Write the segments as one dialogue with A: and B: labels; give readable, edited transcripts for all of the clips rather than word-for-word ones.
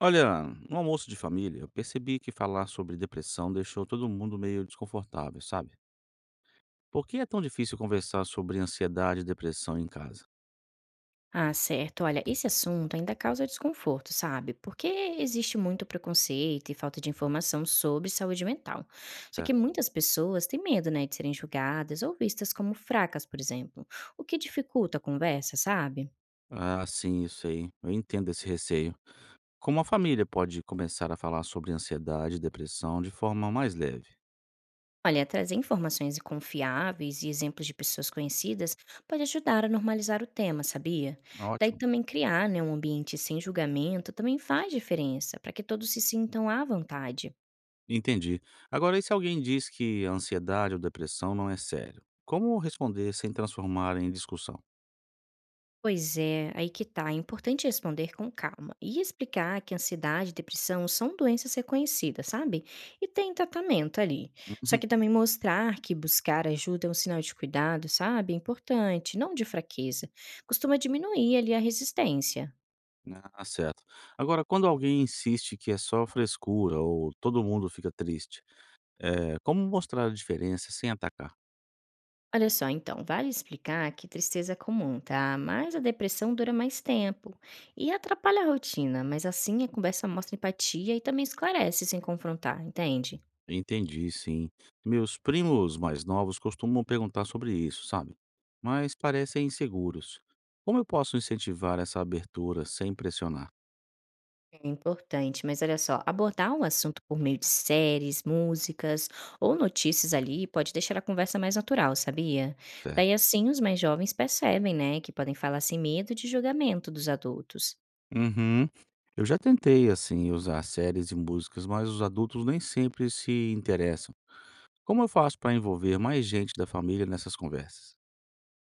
A: Olha, no almoço de família, eu percebi que falar sobre depressão deixou todo mundo meio desconfortável, sabe? Por que é tão difícil conversar sobre ansiedade e depressão em casa?
B: Ah, certo. Olha, esse assunto ainda causa desconforto, sabe? Porque existe muito preconceito e falta de informação sobre saúde mental. Só que
A: Certo?
B: muitas pessoas têm medo, né, de serem julgadas ou vistas como fracas, por exemplo, o que dificulta a conversa, sabe?
A: Ah, sim, isso aí. Eu entendo esse receio. Como a família pode começar a falar sobre ansiedade e depressão de forma mais leve?
B: Olha, trazer informações confiáveis e exemplos de pessoas conhecidas pode ajudar a normalizar o tema, sabia? Daí
A: Ótimo.
B: também criar, né, um ambiente sem julgamento também faz diferença, para que todos se sintam à vontade.
A: Entendi. Agora, e se alguém diz que a ansiedade ou depressão não é sério? Como responder sem transformar em discussão?
B: Pois é, aí que tá. É importante responder com calma e explicar que ansiedade e depressão são doenças reconhecidas, sabe? E tem tratamento ali. Só que também mostrar que buscar ajuda é um sinal de cuidado, sabe? É importante, não de fraqueza. Costuma diminuir ali a resistência.
A: Ah, certo. Agora, quando alguém insiste que é só frescura ou todo mundo fica triste, é como mostrar a diferença sem atacar?
B: Olha só, então, vale explicar que tristeza é comum, tá? Mas a depressão dura mais tempo e atrapalha a rotina, mas assim a conversa mostra empatia e também esclarece sem confrontar, entende?
A: Entendi, sim. Meus primos mais novos costumam perguntar sobre isso, sabe? Mas parecem inseguros. Como eu posso incentivar essa abertura sem pressionar?
B: É importante, mas olha só, abordar um assunto por meio de séries, músicas ou notícias ali pode deixar a conversa mais natural, sabia? Daí
A: Certo.
B: assim os mais jovens percebem, né, que podem falar sem medo de julgamento dos adultos.
A: Uhum. Eu já tentei, assim, usar séries e músicas, mas os adultos nem sempre se interessam. Como eu faço para envolver mais gente da família nessas conversas?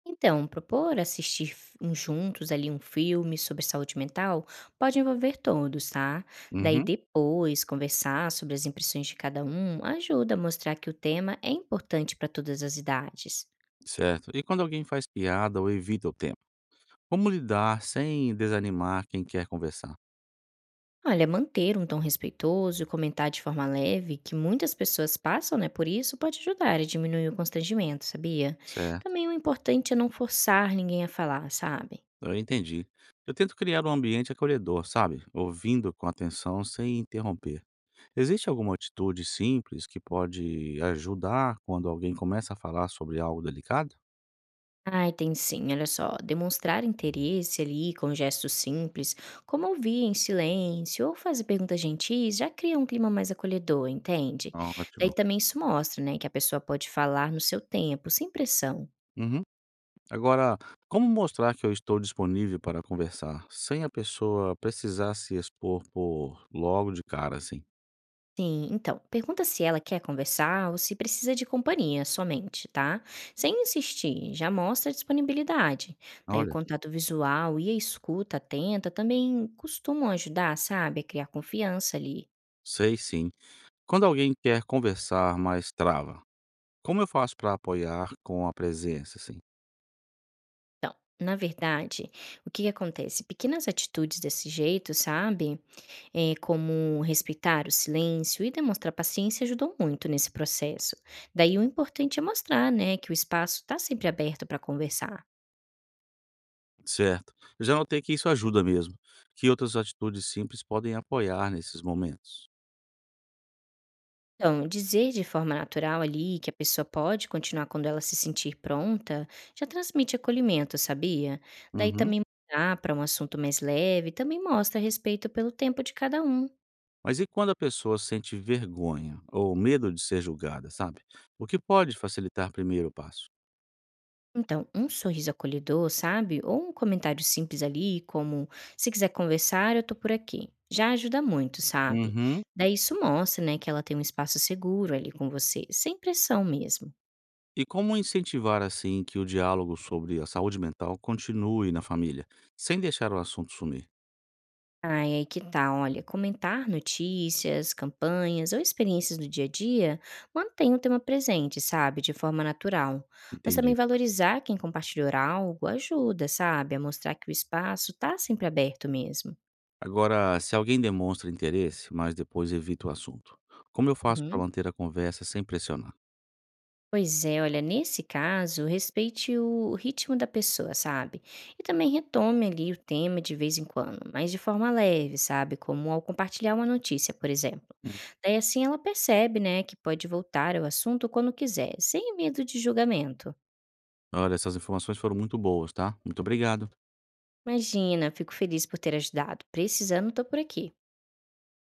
B: Então, propor assistir juntos ali um filme sobre saúde mental pode envolver todos, tá? Daí
A: Uhum.
B: depois conversar sobre as impressões de cada um ajuda a mostrar que o tema é importante para todas as idades.
A: Certo. E quando alguém faz piada ou evita o tema? Como lidar sem desanimar quem quer conversar?
B: Olha, manter um tom respeitoso e comentar de forma leve, que muitas pessoas passam, né, por isso, pode ajudar a diminuir o constrangimento, sabia?
A: Certo.
B: Também o importante é não forçar ninguém a falar, sabe?
A: Eu entendi. Eu tento criar um ambiente acolhedor, sabe? Ouvindo com atenção sem interromper. Existe alguma atitude simples que pode ajudar quando alguém começa a falar sobre algo delicado?
B: Ai, tem sim, olha só, demonstrar interesse ali com gestos simples, como ouvir em silêncio ou fazer perguntas gentis, já cria um clima mais acolhedor, entende? Daí
A: Ótimo.
B: também isso mostra, né, que a pessoa pode falar no seu tempo, sem pressão.
A: Uhum. Agora, como mostrar que eu estou disponível para conversar sem a pessoa precisar se expor por logo de cara, assim?
B: Sim, então, pergunta se ela quer conversar ou se precisa de companhia somente, tá? Sem insistir, já mostra disponibilidade. Daí o
A: Olha,
B: contato visual e a escuta atenta também costumam ajudar, sabe, a criar confiança ali.
A: sei sim. Quando alguém quer conversar, mas trava, como eu faço para apoiar com a presença, assim?
B: Então, na verdade, o que acontece? Pequenas atitudes desse jeito, sabe? É, como respeitar o silêncio e demonstrar paciência ajudam muito nesse processo. Daí o importante é mostrar, né, que o espaço está sempre aberto para conversar.
A: Certo. Eu já notei que isso ajuda mesmo, que outras atitudes simples podem apoiar nesses momentos.
B: Então, dizer de forma natural ali que a pessoa pode continuar quando ela se sentir pronta já transmite acolhimento, sabia? Daí
A: Uhum.
B: também mudar para um assunto mais leve também mostra respeito pelo tempo de cada um.
A: Mas e quando a pessoa sente vergonha ou medo de ser julgada, sabe? O que pode facilitar primeiro o passo?
B: Então, um sorriso acolhedor, sabe? Ou um comentário simples ali, como "se quiser conversar, eu tô por aqui". Já ajuda muito, sabe?
A: Uhum.
B: Daí isso mostra, né, que ela tem um espaço seguro ali com você, sem pressão mesmo.
A: E como incentivar, assim, que o diálogo sobre a saúde mental continue na família, sem deixar o assunto sumir?
B: Ai, aí que tá, olha, comentar notícias, campanhas ou experiências do dia a dia mantém o tema presente, sabe, de forma natural. Mas também
A: Entendi.
B: valorizar quem compartilhou algo ajuda, sabe, a mostrar que o espaço tá sempre aberto mesmo.
A: Agora, se alguém demonstra interesse, mas depois evita o assunto, como eu faço para
B: Uhum.
A: manter a conversa sem pressionar?
B: Pois é, olha, nesse caso, respeite o ritmo da pessoa, sabe? E também retome ali o tema de vez em quando, mas de forma leve, sabe? Como ao compartilhar uma notícia, por exemplo.
A: Hum,
B: Daí assim ela percebe, né, que pode voltar ao assunto quando quiser, sem medo de julgamento.
A: Olha, essas informações foram muito boas, tá? Muito obrigado.
B: Imagina, fico feliz por ter ajudado. Precisando, tô por aqui.